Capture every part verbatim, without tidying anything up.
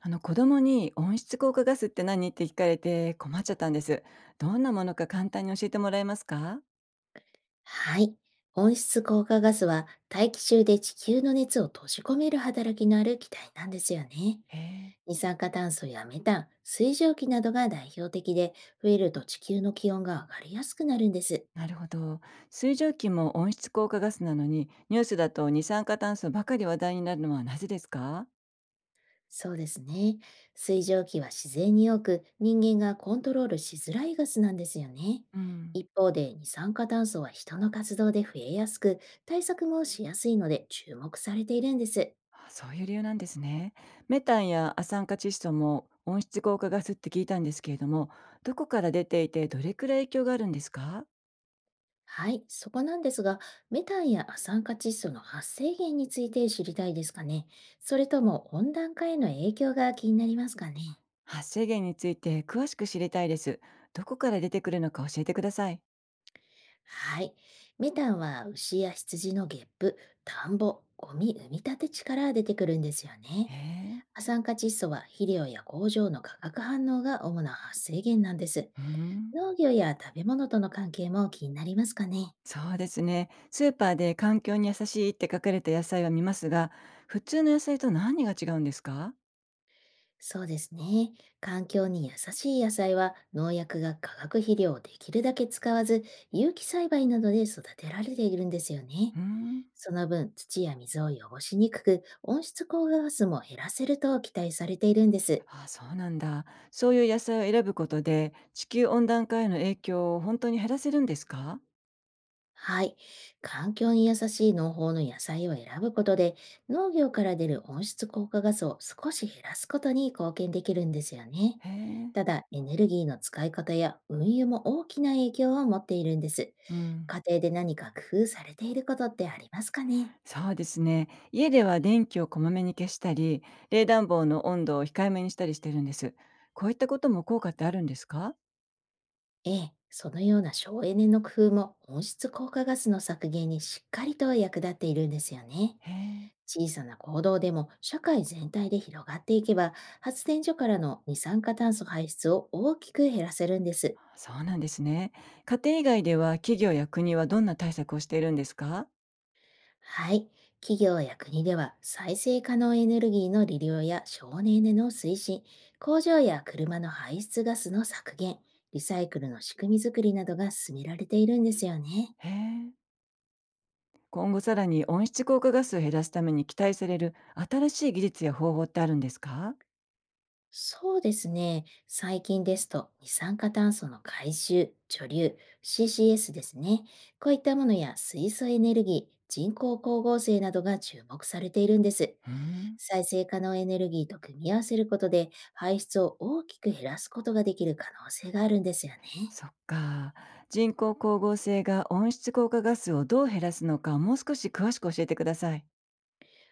あの子供に温室効果ガスって何って聞かれて困っちゃったんです。どんなものか簡単に教えてもらえますか？はい。温室効果ガスは大気中で地球の熱を閉じ込める働きのある気体なんですよね。へえ、二酸化炭素やメタン、水蒸気などが代表的で、増えると地球の気温が上がりやすくなるんです。なるほど。水蒸気も温室効果ガスなのに、ニュースだと二酸化炭素ばかり話題になるのはなぜですか？そうですね。水蒸気は自然に多く、人間がコントロールしづらいガスなんですよね。うん。一方で二酸化炭素は人の活動で増えやすく、対策もしやすいので注目されているんです。あ、そういう理由なんですね。メタンや亜酸化窒素も温室効果ガスって聞いたんですけれども、どこから出ていてどれくらい影響があるんですか？はい、そこなんですが、メタンや亜酸化窒素の発生源について知りたいですかね。それとも温暖化への影響が気になりますかね。発生源について詳しく知りたいです。どこから出てくるのか教えてください。はい、メタンは牛や羊のゲップ、田んぼ、ゴミ埋め立て地から出てくるんですよへね。え。亜酸化窒素は肥料や工場の化学反応が主な発生源なんです。うーん、農業や食べ物との関係も気になりますかね。そうですね。スーパーで環境に優しいって書かれた野菜は見ますが、普通の野菜と何が違うんですか？そうですね。環境に優しい野菜は農薬が化学肥料をできるだけ使わず、有機栽培などで育てられているんですよね。うーん。その分、土や水を汚しにくく、温室効果ガスも減らせると期待されているんです。あ、そうなんだ。そういう野菜を選ぶことで、地球温暖化への影響を本当に減らせるんですか？はい。環境に優しい農法の野菜を選ぶことで、農業から出る温室効果ガスを少し減らすことに貢献できるんですよね。へえ。ただ、エネルギーの使い方や運輸も大きな影響を持っているんです。うん。家庭で何か工夫されていることってありますかね。そうですね。家では電気をこまめに消したり、冷暖房の温度を控えめにしたりしてるんです。こういったことも効果ってあるんですか？ええ、そのような省エネの工夫も温室効果ガスの削減にしっかりと役立っているんですよね。へえ。小さな行動でも社会全体で広がっていけば、発電所からの二酸化炭素排出を大きく減らせるんです。そうなんですね。家庭以外では企業や国はどんな対策をしているんですか？はい。企業や国では再生可能エネルギーの利用や省エネの推進、工場や車の排出ガスの削減、リサイクルの仕組み作りなどが進められているんですよね。へえ。今後さらに温室効果ガスを減らすために期待される新しい技術や方法ってあるんですか？そうですね。最近ですと、二酸化炭素の回収、貯留、シーシーエス ですね。こういったものや水素エネルギー、人工光合成などが注目されているんです。うーん。再生可能エネルギーと組み合わせることで、排出を大きく減らすことができる可能性があるんですよね。そっか。人工光合成が温室効果ガスをどう減らすのかもう少し詳しく教えてください。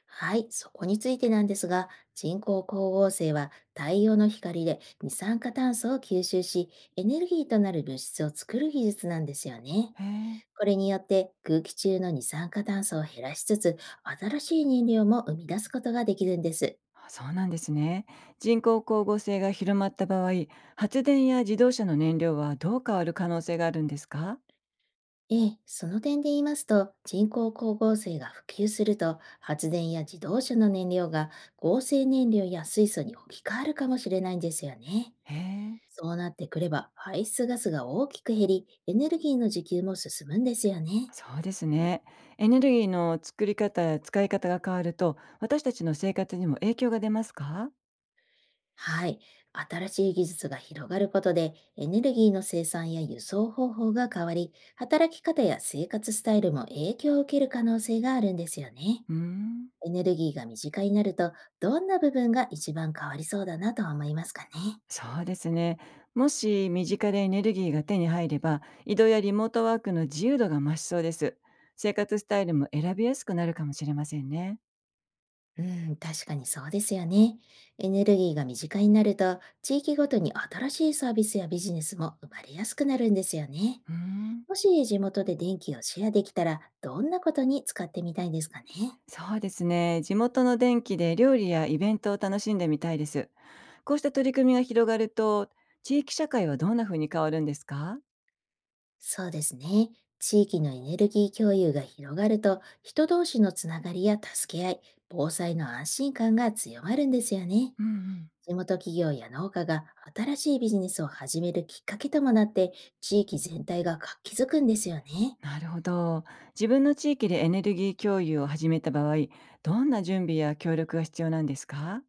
はい、そこについてなんですが、人工光合成は太陽の光で二酸化炭素を吸収し、エネルギーとなる物質を作る技術なんですよね。へえ。これによって空気中の二酸化炭素を減らしつつ、新しい燃料も生み出すことができるんです。あ、そうなんですね。人工光合成が広まった場合、発電や自動車の燃料はどう変わる可能性があるんですか？ええ、その点で言いますと、人工光合成が普及すると、発電や自動車の燃料が合成燃料や水素に置き換わるかもしれないんですよね。へえ。そうなってくれば、排出ガスが大きく減り、エネルギーの自給も進むんですよね。そうですね。エネルギーの作り方や使い方が変わると、私たちの生活にも影響が出ますか？はい。新しい技術が広がることで、エネルギーの生産や輸送方法が変わり、働き方や生活スタイルも影響を受ける可能性があるんですよね。うーん。エネルギーが身近になると、どんな部分が一番変わりそうだなと思いますかね。そうですね。もし身近でエネルギーが手に入れば、移動やリモートワークの自由度が増しそうです。生活スタイルも選びやすくなるかもしれませんね。うん、確かにそうですよね。エネルギーが身近になると、地域ごとに新しいサービスやビジネスも生まれやすくなるんですよね。うーん。もし地元で電気をシェアできたら、どんなことに使ってみたいですかね。そうですね。地元の電気で料理やイベントを楽しんでみたいです。こうした取り組みが広がると、地域社会はどんな風に変わるんですか？そうですね。地域のエネルギー共有が広がると、人同士のつながりや助け合い、防災の安心感が強まるんですよね。うんうん。地元企業や農家が新しいビジネスを始めるきっかけともなって、地域全体が活気づくんですよね。なるほど。自分の地域でエネルギー共有を始めた場合、どんな準備や協力が必要なんですか？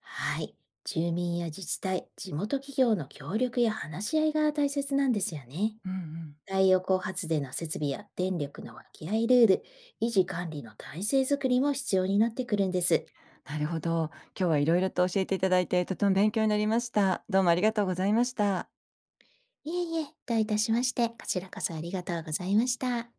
はい。住民や自治体、地元企業の協力や話し合いが大切なんですよね。うんうん。太陽光発電の設備や電力の分け合いルール、維持管理の体制づくりも必要になってくるんです。なるほど。今日はいろいろと教えていただいて、とても勉強になりました。どうもありがとうございました。いえいえ、どういたしまして、こちらこそありがとうございました。